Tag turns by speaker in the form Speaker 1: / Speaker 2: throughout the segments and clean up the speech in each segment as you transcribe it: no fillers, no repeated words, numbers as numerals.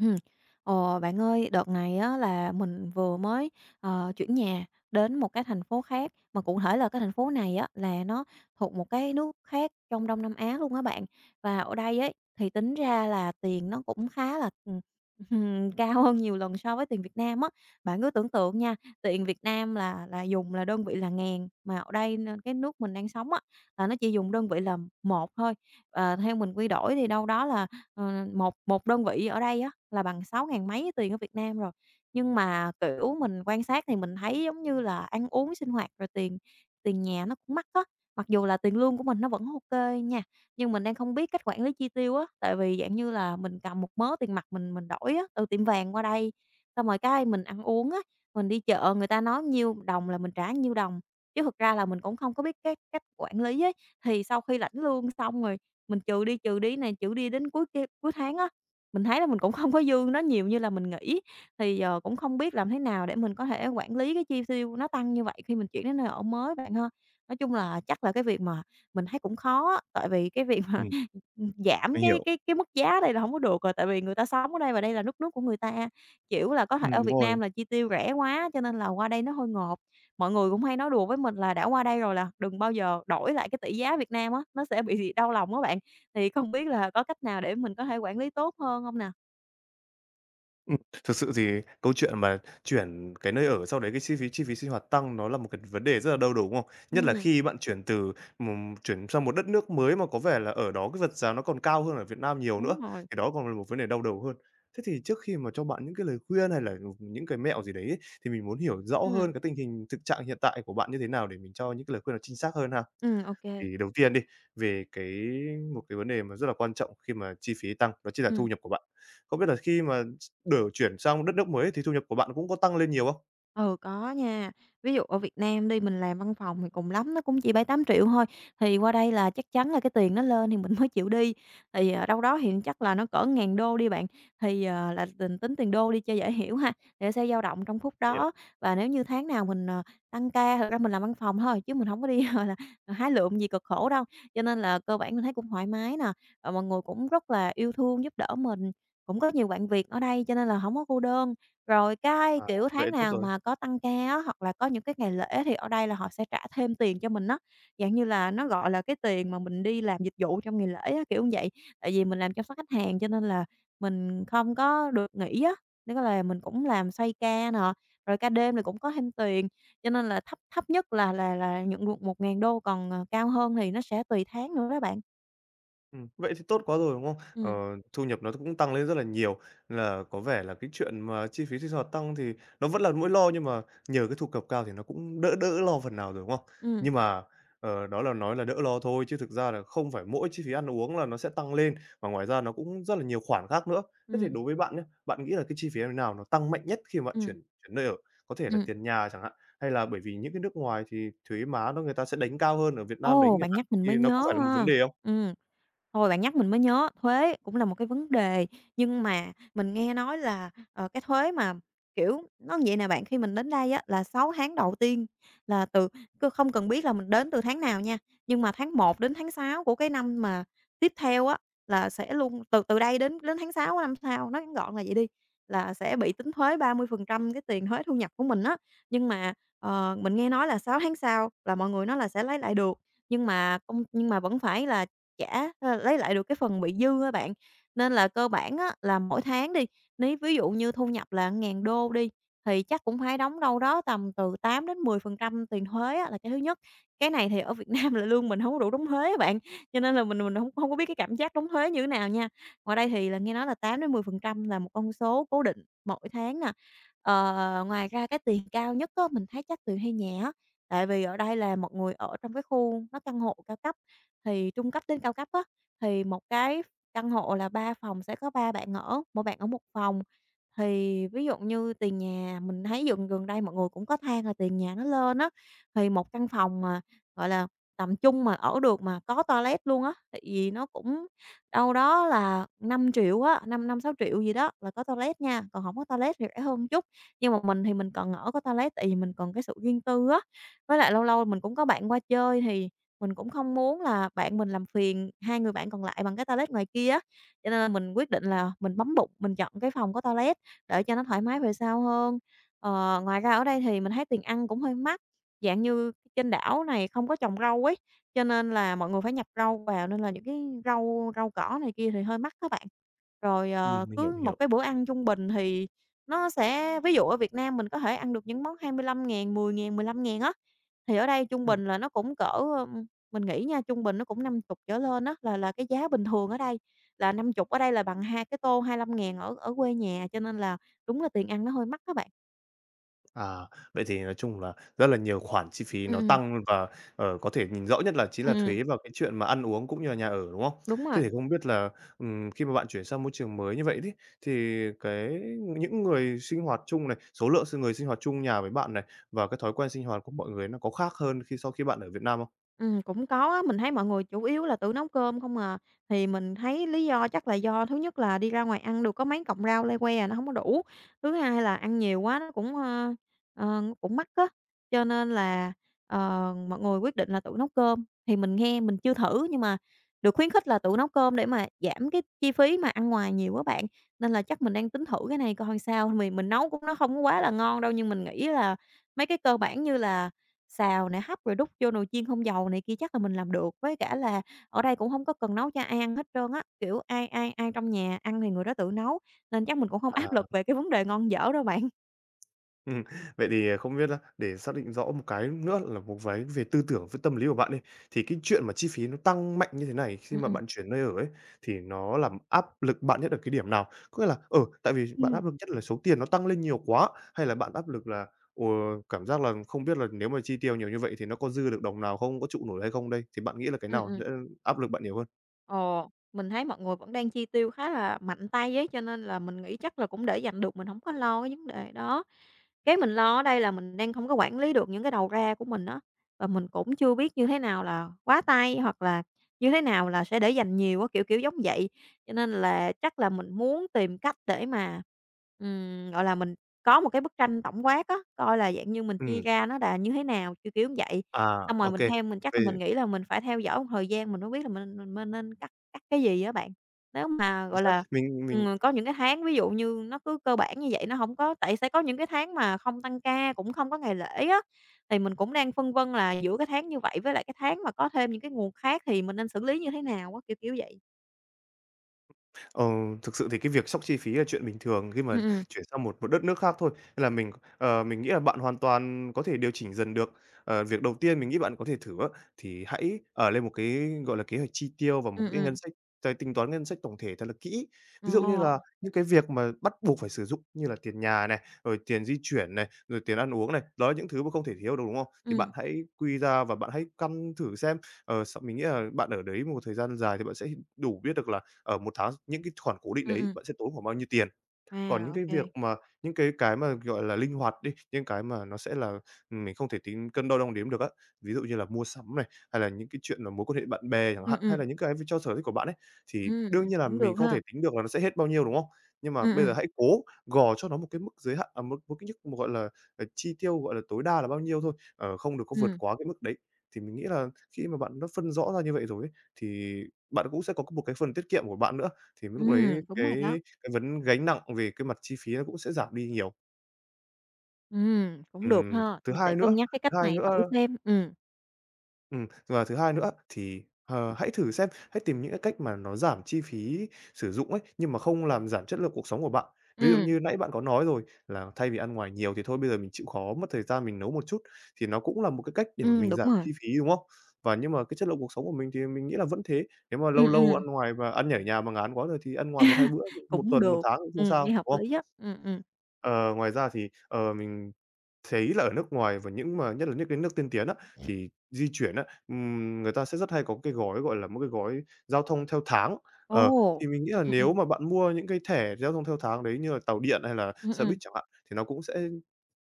Speaker 1: Ừm. Ờ, bạn ơi, đợt này á là mình chuyển nhà đến một cái thành phố khác, mà cụ thể là cái thành phố này á là nó thuộc một cái nước khác trong Đông Nam Á luôn á bạn. Và ở đây ấy, thì tính ra là tiền nó cũng khá là cao hơn nhiều lần so với tiền Việt Nam á. Bạn cứ tưởng tượng nha, tiền Việt Nam là dùng là đơn vị là ngàn, mà ở đây n cái nước mình đang sống á, là nó chỉ dùng đơn vị là một thôi. Ờ, theo mình quy đổi thì đâu đó là ờ, một một đơn vị ở đây á là bằng sáu ngàn mấy tiền ở Việt Nam rồi. Nhưng mà, kiểu, mình quan sát thì mình thấy giống như là ăn uống, sinh hoạt rồi tiền tiền nhà nó cũng mắc á. Mặc dù là tiền lương của mình nó vẫn ok nha, nhưng mình đang không biết cách quản lý chi tiêu á, tại vì dạng như là mình cầm một mớ tiền mặt mình đổi á, từ tiệm vàng qua đây, xong rồi cái mình ăn uống á, mình đi chợ người ta nói nhiêu đồng là mình trả nhiêu đồng, chứ thực ra là mình cũng không có biết cái cách quản lý ấy. Thì sau khi lãnh lương xong rồi mình trừ đi đến cuối tháng á, mình thấy là mình cũng không có dư nó nhiều như là mình nghĩ. Thì, giờ cũng không biết làm thế nào để mình có thể quản lý cái chi tiêu nó tăng như vậy khi mình chuyển đến nơi ở mới bạn ha? Nói chung là chắc là cái việc mà mình thấy cũng khó á, tại vì cái việc mà,
Speaker 2: Ừm,
Speaker 1: giảm
Speaker 2: mình
Speaker 1: cái
Speaker 2: hiểu.
Speaker 1: cái cái mức giá đây là không có được rồi, tại vì người ta sống ở đây và đây là nước nước của người ta. Kiểu là, có thể ở
Speaker 2: Đúng
Speaker 1: Việt
Speaker 2: rồi.
Speaker 1: Nam là chi tiêu rẻ quá cho nên là qua đây nó hơi ngộp. Mọi người cũng hay nói đùa với mình là đã qua đây rồi là đừng bao giờ đổi lại cái tỷ giá Việt Nam á, nó sẽ bị đau lòng á bạn. Thì không biết là có cách nào để mình có thể quản lý tốt hơn không nè?
Speaker 2: Ừm, thực sự thì câu chuyện mà chuyển cái nơi ở, sau đấy cái chi phí sinh hoạt tăng nó là một cái vấn đề rất là đau đầu, đúng không? Nhất là
Speaker 1: Ừm,
Speaker 2: khi bạn chuyển từ chuyển sang một đất nước mới mà có vẻ là ở đó cái vật giá nó còn cao hơn ở Việt Nam nhiều
Speaker 1: đúng
Speaker 2: nữa,
Speaker 1: rồi.
Speaker 2: thì đó còn là một vấn đề đau đầu hơn. Thế thì trước khi mà cho bạn những cái lời khuyên hay là, những cái mẹo gì đấy ấy, thì mình muốn hiểu rõ
Speaker 1: ừ
Speaker 2: hơn cái tình hình thực trạng hiện tại của bạn như thế nào để mình cho những cái lời khuyên nó chính xác hơn ha.
Speaker 1: ừ ok kê.
Speaker 2: Thì đầu tiên đi, về cái một cái vấn đề mà rất là quan trọng khi mà chi phí tăng đó chính là thu nhập của bạn. Không biết là khi mà đổi chuyển sang đất nước mới thì thu nhập của bạn cũng có tăng lên nhiều không?
Speaker 1: Ừ, có nha. Ví dụ ở Việt Nam đi, mình làm văn phòng thì cùng lắm nó cũng chỉ bảy tám triệu thôi, thì qua đây là chắc chắn là cái tiền nó lên thì mình mới chịu đi. Thì, ờ, đâu đó thì chắc là nó cỡ ngàn đô đi bạn, là tính tiền đô đi cho dễ hiểu ha, thì nó sẽ dao động trong khúc
Speaker 2: Hiểu.
Speaker 1: đó. Và nếu như tháng nào mình tăng ca thật ra mình làm văn phòng thôi, chứ mình không có đi, gọi là, hái lượm gì cực khổ đâu, cho nên là cơ bản mình thấy cũng thoải mái nè, mọi người cũng rất là yêu thương, giúp đỡ mình, cũng có nhiều bạn Việt ở đây cho nên là không có cô đơn. Rồi cái,
Speaker 2: À,
Speaker 1: kiểu, tháng
Speaker 2: vậy tốt
Speaker 1: nào
Speaker 2: rồi.
Speaker 1: mà có tăng ca á, hoặc là có những cái ngày lễ thì ở đây là họ sẽ trả thêm tiền cho mình á, dạng như là, nó gọi là cái tiền mà mình đi làm dịch vụ trong ngày lễ á, kiểu như vậy. Tại vì mình làm chăm sóc khách hàng cho nên là mình không có được nghỉ á, tức là mình cũng làm xoay ca nè, rồi ca đêm thì cũng có thêm tiền, cho nên là thấp thấp nhất là nhận được một ngàn đô, còn cao hơn thì nó sẽ tùy tháng nữa đó bạn.
Speaker 2: Vậy thì tốt quá rồi, đúng không? Ờ,
Speaker 1: Ừm,
Speaker 2: thu nhập nó cũng tăng lên rất là nhiều, là có vẻ là cái chuyện mà chi phí sinh hoạt tăng thì nó vẫn là nỗi lo nhưng mà nhờ cái thu nhập cao thì nó cũng đỡ đỡ lo phần nào rồi, đúng không?
Speaker 1: ừm,
Speaker 2: Nhưng mà, đó là nói là đỡ lo thôi chứ thực ra là không phải mỗi chi phí ăn uống là nó sẽ tăng lên, và ngoài ra nó cũng rất là nhiều khoản khác nữa. Thế thì
Speaker 1: ừm,
Speaker 2: đối với bạn nhé, bạn nghĩ là cái chi phí nào nó tăng mạnh nhất khi mà bạn
Speaker 1: ừm,
Speaker 2: chuyển chuyển nơi ở? Có thể là
Speaker 1: ừm.
Speaker 2: tiền nhà chẳng hạn, hay là bởi vì những cái nước ngoài thì thuế má nó người ta sẽ đánh cao hơn, ở Việt Nam đánh
Speaker 1: Ồ,
Speaker 2: chẳng
Speaker 1: bạn
Speaker 2: hạn,
Speaker 1: nhắc mình mới
Speaker 2: thì nó có phải
Speaker 1: nhớ
Speaker 2: là một vấn
Speaker 1: ha.
Speaker 2: đề không?
Speaker 1: Ừm. Thôi bạn nhắc mình mới nhớ, thuế cũng là một cái vấn đề, nhưng mà mình nghe nói là cái thuế mà, kiểu, nó như vậy nè bạn, khi mình đến đây á là 6 tháng đầu tiên là từ cứ không cần biết là mình đến từ tháng nào nha, nhưng mà tháng một đến tháng 6 của cái năm mà tiếp theo á là sẽ luôn từ từ đây đến đến tháng 6 của năm sau, nói ngắn gọn là vậy đi, là sẽ bị tính thuế 30% cái tiền thuế thu nhập của mình á. Nhưng mà mình nghe nói là 6 tháng sau là mọi người nói là sẽ lấy lại được, nhưng mà vẫn phải là lấy lại được cái phần bị dư á bạn. Nên là cơ bản á là mỗi tháng đi, nếu ví dụ như thu nhập là ngàn đô đi, thì chắc cũng phải đóng đâu đó tầm từ tám đến mười phần trăm tiền thuế á, là cái thứ nhất. Cái này thì ở Việt Nam là lương mình hổng có đủ đóng thuế á bạn, cho nên là mình hông hông có biết cái cảm giác đóng thuế như thế nào nha. Ngoài đây thì là nghe nói là tám đến mười phần trăm là một con số cố định mỗi tháng nè. Ờ, ngoài ra cái tiền cao nhất á, mình thấy chắc tiền thuê nhà á, tại vì ở đây là mọi người ở trong cái khu nó căn hộ cao cấp. Thì trung cấp đến cao cấp á, thì một cái căn hộ là 3 phòng sẽ có 3 bạn ở, mỗi bạn ở một phòng. Thì ví dụ như tiền nhà mình thấy gần gần đây mọi người cũng có than là tiền nhà nó lên á, thì một căn phòng mà, gọi là, tầm trung mà ở được mà có toilet luôn á, tại vì nó cũng đâu đó là 5.000.000 á, 5 5 6.000.000 gì đó là có toilet nha, còn không có toilet thì rẻ hơn chút. Nhưng mà mình thì mình cần ở có toilet tại vì mình cần cái sự riêng tư á, với lại lâu lâu mình cũng có bạn qua chơi thì mình cũng không muốn là bạn mình làm phiền hai người bạn còn lại bằng cái toilet ngoài kia á, cho nên là mình quyết định là mình bấm bụng, mình chọn cái phòng có toilet để cho nó thoải mái về sau hơn. Ờ, ngoài ra ở đây thì mình thấy tiền ăn cũng hơi mắc, dạng như trên đảo này không có trồng rau ấy, cho nên là mọi người phải nhập rau vào nên là những cái rau rau cỏ này kia thì hơi mắc các bạn. Rồi, ờ,
Speaker 2: Mình hiểu,
Speaker 1: cứ
Speaker 2: mình
Speaker 1: một
Speaker 2: hiểu.
Speaker 1: cái bữa ăn trung bình thì nó sẽ ví dụ ở Việt Nam mình có thể ăn được những món 25.000, 10.000, 15 ngàn mười ngàn, mười lăm ngàn á, thì ở đây trung
Speaker 2: Ừm,
Speaker 1: bình là nó cũng cỡ, mình nghĩ nha, trung bình nó cũng năm chục trở lên á, là cái giá bình thường ở đây, là năm chục ở đây là bằng hai cái tô hai lăm ngàn ở ở quê nhà, cho nên là đúng là tiền ăn nó hơi mắc các bạn.
Speaker 2: à, vậy thì nói chung là rất là nhiều khoản chi phí
Speaker 1: Ừm,
Speaker 2: nó
Speaker 1: ừm,
Speaker 2: tăng và, có thể nhìn rõ nhất là chính
Speaker 1: ừm,
Speaker 2: là
Speaker 1: ừm,
Speaker 2: thuế và cái chuyện mà ăn uống cũng như là nhà ở, đúng không?
Speaker 1: đúng rồi.
Speaker 2: Thế thì không biết là, khi mà bạn chuyển sang môi trường mới như vậy đấy, thì cái những người sinh hoạt chung này, số lượng người sinh hoạt chung nhà với bạn này, và cái thói quen sinh hoạt của mọi người nó có khác hơn khi sau khi bạn ở Việt Nam không?
Speaker 1: Cũng có á, mình thấy mọi người chủ yếu là tự nấu cơm không à. Thì mình thấy lý do chắc là do thứ nhất là đi ra ngoài ăn được có mấy cọng rau le que à, nó không có đủ. Thứ hai là ăn nhiều quá nó cũng nó cũng mắc á, cho nên là mọi người quyết định là tự nấu cơm. Thì mình nghe mình chưa thử nhưng mà được khuyến khích là tự nấu cơm để mà giảm cái chi phí mà ăn ngoài nhiều quá bạn, nên là chắc mình đang tính thử cái này coi sao. Mì mình nấu cũng nó không có quá là ngon đâu, nhưng mình nghĩ là mấy cái cơ bản như là xào nè, hấp rồi đút vô nồi chiên không dầu này kia chắc là mình làm được, với cả là ở đây cũng không có cần nấu cho ai ăn hết trơn á, kiểu, ai ai ai trong nhà ăn thì người đó tự nấu, nên chắc mình cũng không áp lực
Speaker 2: À.
Speaker 1: về cái vấn đề ngon dở đâu bạn.
Speaker 2: Ừm, vậy thì, không biết á, để xác định rõ một cái nữa là một cái về tư tưởng với tâm lý của bạn đi, thì cái chuyện mà chi phí nó tăng mạnh như thế này khi
Speaker 1: Ừm,
Speaker 2: mà
Speaker 1: ừm.
Speaker 2: bạn chuyển nơi ở ấy, thì nó làm áp lực bạn nhất ở cái điểm nào? Có nghĩa là, ở tại vì bạn
Speaker 1: Ừm.
Speaker 2: áp lực nhất là số tiền nó tăng lên nhiều quá, hay là bạn áp lực là, ờ, cảm giác là không biết là nếu mà chi tiêu nhiều như vậy thì nó có dư được đồng nào không, có trụ nổi hay không đây? Thì bạn nghĩ là cái
Speaker 1: Ừm,
Speaker 2: nào
Speaker 1: ừm.
Speaker 2: sẽ áp lực bạn nhiều hơn?
Speaker 1: Ồ, mình thấy mọi người vẫn đang chi tiêu khá là mạnh tay ấy, cho nên là mình nghĩ chắc là cũng để dành được, mình không có lo cái vấn đề đó. Cái mình lo ở đây là mình đang không có quản lý được những cái đầu ra của mình á, và mình cũng chưa biết như thế nào là quá tay, hoặc là như thế nào là sẽ để dành nhiều á, kiểu, kiểu giống vậy. Cho nên là chắc là mình muốn tìm cách để mà, gọi là, mình có một cái bức tranh tổng quát á, coi là dạng như mình chia
Speaker 2: Ừm,
Speaker 1: ra nó là như thế nào, kiểu, kiểu vậy. Xong rồi
Speaker 2: ok
Speaker 1: mình theo mình chắc là
Speaker 2: về
Speaker 1: mình nghĩ là mình phải theo dõi một thời gian mình mới biết là mình nên cắt cắt cái gì á bạn. Nếu mà,
Speaker 2: chính
Speaker 1: gọi
Speaker 2: xác,
Speaker 1: là,
Speaker 2: mình.
Speaker 1: có những cái tháng ví dụ như nó cứ cơ bản như vậy, nó không có tại sẽ có những cái tháng mà không tăng ca, cũng không có ngày lễ á, thì mình cũng đang phân vân là giữa cái tháng như vậy với lại cái tháng mà có thêm những cái nguồn khác thì mình nên xử lý như thế nào á, kiểu, kiểu vậy.
Speaker 2: Ờ, thực sự thì cái việc sốc chi phí là chuyện bình thường khi mà
Speaker 1: ừ ừ
Speaker 2: chuyển sang một một đất nước khác thôi, nên là mình, mình nghĩ là bạn hoàn toàn có thể điều chỉnh dần được. Việc đầu tiên mình nghĩ bạn có thể thử á, thì hãy ở lên một cái, gọi là, kế hoạch chi tiêu và một
Speaker 1: ừ
Speaker 2: cái ngân
Speaker 1: ừ
Speaker 2: sách tính toán ngân sách tổng thể thật là kỹ. Ví dụ như
Speaker 1: Ờ,
Speaker 2: là những cái việc mà bắt buộc phải sử dụng như là tiền nhà này, rồi tiền di chuyển này, rồi tiền ăn uống này, đó là những thứ mà không thể thiếu được, đúng không? Thì
Speaker 1: ừ
Speaker 2: bạn hãy quy ra và bạn hãy căn thử xem, ờ, s mình nghĩ là bạn ở đấy một thời gian dài thì bạn sẽ đủ biết được là ở một tháng những cái khoản cố định
Speaker 1: ừ
Speaker 2: đấy
Speaker 1: ừ
Speaker 2: bạn sẽ tốn khoảng bao nhiêu tiền.
Speaker 1: À,
Speaker 2: Còn những
Speaker 1: ô
Speaker 2: cái
Speaker 1: kê.
Speaker 2: việc mà những cái mà, gọi là, linh hoạt đi, những cái mà nó sẽ là, mình không thể tính cân đo đong đếm được á, ví dụ như là mua sắm này, hay là những cái chuyện là mối quan hệ bạn bè chẳng
Speaker 1: Ừ
Speaker 2: hạn, hay là những cái cho sở thích của bạn ấy, thì đương nhiên là
Speaker 1: Cũng được
Speaker 2: mình không
Speaker 1: ha.
Speaker 2: thể tính được là nó sẽ hết bao nhiêu, đúng không? Nhưng mà
Speaker 1: Ừm,
Speaker 2: bây
Speaker 1: ừm,
Speaker 2: giờ hãy cố gò cho nó một cái mức giới hạn, à, một một cái mức, gọi là, chi tiêu, gọi là, tối đa là bao nhiêu thôi, không được có vượt
Speaker 1: ừm,
Speaker 2: quá cái mức đấy. Thì mình nghĩ là khi mà bạn đã phân rõ ra như vậy rồi ấy, thì bạn cũng sẽ có một cái phần tiết kiệm của bạn nữa, thì lúc đấy
Speaker 1: ừm, đúng rồi đó.
Speaker 2: cái vấn gánh nặng về cái mặt chi phí nó cũng sẽ giảm đi nhiều.
Speaker 1: Cũng được
Speaker 2: Ừm,
Speaker 1: ha,
Speaker 2: thứ
Speaker 1: mình sẽ
Speaker 2: hai
Speaker 1: cân
Speaker 2: nữa
Speaker 1: nhắc cái
Speaker 2: thứ
Speaker 1: cách
Speaker 2: hai
Speaker 1: này thử
Speaker 2: nữa
Speaker 1: xem.
Speaker 2: và thứ hai nữa thì, hãy thử xem, hãy tìm những cái cách mà nó giảm chi phí sử dụng ấy, nhưng mà không làm giảm chất lượng cuộc sống của bạn. Ví dụ
Speaker 1: Ừm,
Speaker 2: như nãy bạn có nói rồi là thay vì ăn ngoài nhiều thì thôi bây giờ mình chịu khó mất thời gian mình nấu một chút, thì nó cũng là một cái cách để mà
Speaker 1: ừm,
Speaker 2: mình
Speaker 1: đúng
Speaker 2: giảm
Speaker 1: rồi.
Speaker 2: chi phí, đúng không? Và nhưng mà cái chất lượng cuộc sống của mình thì mình nghĩ là vẫn thế, nếu mà lâu
Speaker 1: Ừm,
Speaker 2: lâu
Speaker 1: ừm,
Speaker 2: ăn ngoài và ăn nhở nhà mà ngán quá rồi thì ăn ngoài một hai bữa, một
Speaker 1: cũng
Speaker 2: tuần, một
Speaker 1: được,
Speaker 2: tháng cũng không
Speaker 1: nghe
Speaker 2: sao,
Speaker 1: hợp
Speaker 2: đúng không?
Speaker 1: lý á.
Speaker 2: Ờ, ngoài ra thì, mình thấy là ở nước ngoài và những mà nhất là những cái nước tiên tiến á, thì di chuyển á, người ta sẽ rất hay có cái gói, gọi là, một cái gói giao thông theo tháng.
Speaker 1: Ồ,
Speaker 2: Ờ, thì mình nghĩ
Speaker 1: ừm,
Speaker 2: là
Speaker 1: ừm,
Speaker 2: nếu
Speaker 1: ừm,
Speaker 2: mà bạn mua những cái thẻ giao thông theo tháng đấy như là tàu điện hay là
Speaker 1: ừm,
Speaker 2: xe buýt
Speaker 1: ừm.
Speaker 2: chẳng hạn, thì nó cũng sẽ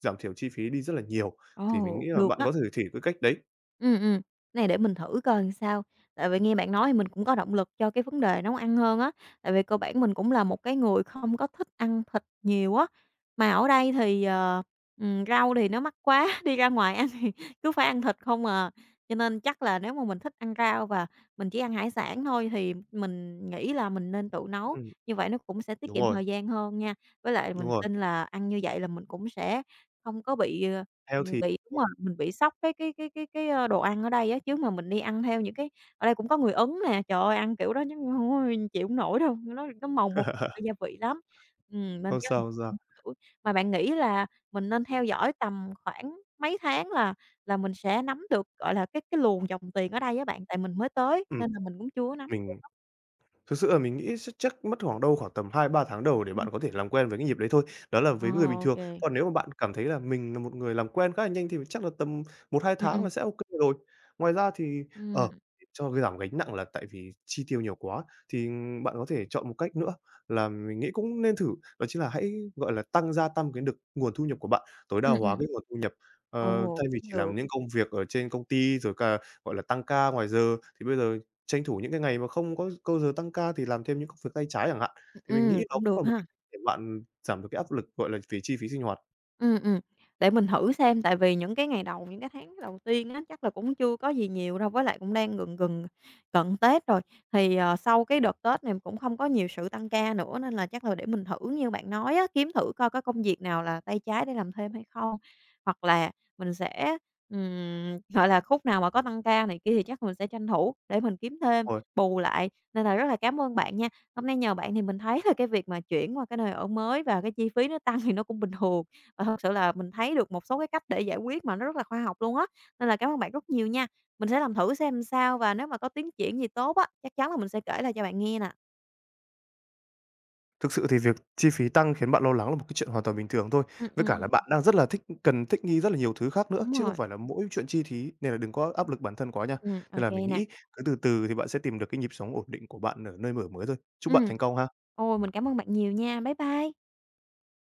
Speaker 2: giảm thiểu chi phí đi rất là nhiều. Thì mình
Speaker 1: Ồ,
Speaker 2: nghĩ là
Speaker 1: được
Speaker 2: bạn
Speaker 1: á.
Speaker 2: có thể thử cái cách đấy.
Speaker 1: Ừm, ừm, này để mình thử coi làm sao. Tại vì nghe bạn nói thì mình cũng có động lực cho cái vấn đề nấu ăn hơn á, tại vì cơ bản mình cũng là một cái người không có thích ăn thịt nhiều á. Mà ở đây thì, rau thì nó mắc quá, đi ra ngoài ăn thì cứ phải ăn thịt không à. Cho nên chắc là nếu mà mình thích ăn rau và mình chỉ ăn hải sản thôi thì mình nghĩ là mình nên tự nấu,
Speaker 2: Ừm,
Speaker 1: như vậy nó cũng sẽ tiết
Speaker 2: đúng
Speaker 1: kiệm
Speaker 2: rồi,
Speaker 1: thời gian hơn nha. Với lại
Speaker 2: đúng
Speaker 1: mình
Speaker 2: rồi,
Speaker 1: tin là ăn như vậy là mình cũng sẽ không có bị,
Speaker 2: healthy,
Speaker 1: bị
Speaker 2: đúng
Speaker 1: đúng rồi,
Speaker 2: không?
Speaker 1: mình bị sốc cái đồ ăn ở đây á, chứ mà mình đi ăn theo những cái ở đây cũng có người Ấn nè, trời ơi, ăn kiểu đó chắc hông chịu hông nổi đâu, nó màu mè gia vị lắm. Nên
Speaker 2: Không
Speaker 1: chắc
Speaker 2: sao,
Speaker 1: là
Speaker 2: không sao.
Speaker 1: mình thử. Mà bạn nghĩ là mình nên theo dõi tầm khoảng mấy tháng là mình sẽ nắm được, gọi là, cái luồng dòng tiền ở đây á bạn? Tại mình mới tới
Speaker 2: Ừm,
Speaker 1: nên là mình cũng chưa có nắm
Speaker 2: mình
Speaker 1: được.
Speaker 2: Thực sự là mình nghĩ sẽ chắc mất khoảng đâu khoảng tầm hai ba tháng đầu để bạn
Speaker 1: Ừm.
Speaker 2: có thể làm quen với cái nhịp đấy thôi, đó là
Speaker 1: Ờ,
Speaker 2: với người bình
Speaker 1: ô
Speaker 2: thường.
Speaker 1: kê.
Speaker 2: Còn nếu mà bạn cảm thấy là mình là một người làm quen khá là nhanh thì chắc là tầm một hai
Speaker 1: Ừm,
Speaker 2: tháng
Speaker 1: ừm.
Speaker 2: là sẽ ok rồi. Ngoài ra thì, ở
Speaker 1: Ừm,
Speaker 2: cho cái giảm gánh nặng là tại vì chi tiêu nhiều quá, thì bạn có thể chọn một cách nữa là mình nghĩ cũng nên thử, đó chính là hãy, gọi là, tăng cái được nguồn thu nhập của bạn, tối đa
Speaker 1: ừm,
Speaker 2: hóa
Speaker 1: ừm.
Speaker 2: cái nguồn thu nhập.
Speaker 1: Ồ,
Speaker 2: Thay vì chỉ
Speaker 1: cũng được.
Speaker 2: làm những công việc ở trên công ty rồi cả gọi là, tăng ca ngoài giờ thì bây giờ tranh thủ những cái ngày mà không có câu giờ tăng ca thì làm thêm những công việc tay trái chẳng hạn, thì mình nghĩ đó
Speaker 1: Cũng
Speaker 2: cũng
Speaker 1: được
Speaker 2: là một cái
Speaker 1: ha.
Speaker 2: cách để bạn giảm được cái áp lực, gọi là, về chi phí sinh hoạt.
Speaker 1: Ừm, ừm, để mình thử xem, tại vì những cái ngày đầu, những cái tháng đầu tiên á, chắc là cũng chưa có gì nhiều đâu, với lại cũng đang gần gần cận Tết rồi. Thì, ờ, sau cái đợt Tết này cũng không có nhiều sự tăng ca nữa, nên là chắc là để mình thử như bạn nói á, kiếm thử coi có công việc nào là tay trái để làm thêm hay không. Hoặc là mình sẽ, gọi là, khúc nào mà có tăng ca này kia thì chắc mình sẽ tranh thủ để mình kiếm thêm,
Speaker 2: Rồi,
Speaker 1: bù lại. Nên là rất là cảm ơn bạn nha, hôm nay nhờ bạn thì mình thấy là cái việc mà chuyển qua cái nơi ở mới và cái chi phí nó tăng thì nó cũng bình thường. Và thật sự là mình thấy được một số cái cách để giải quyết mà nó rất là khoa học luôn á, nên là cảm ơn bạn rất nhiều nha. Mình sẽ làm thử xem sao và nếu mà có tiến triển gì tốt á, chắc chắn là mình sẽ kể lại cho bạn nghe nè.
Speaker 2: thực sự thì việc chi phí tăng khiến bạn lo lắng là một cái chuyện hoàn toàn bình thường thôi,
Speaker 1: Ừm,
Speaker 2: với cả
Speaker 1: ừm,
Speaker 2: là bạn đang rất là thích cần thích nghi rất là nhiều thứ khác nữa,
Speaker 1: đúng
Speaker 2: chứ không
Speaker 1: rồi,
Speaker 2: phải là mỗi chuyện chi phí nên là đừng có áp lực bản thân quá nha.
Speaker 1: ô
Speaker 2: Nên là mình
Speaker 1: nè.
Speaker 2: nghĩ cứ từ từ thì bạn sẽ tìm được cái nhịp sống ổn định của bạn ở nơi mở mới thôi. Chúc bạn
Speaker 1: Ừm.
Speaker 2: thành công ha.
Speaker 1: Ôi, mình cảm ơn bạn nhiều nha. Bye bye.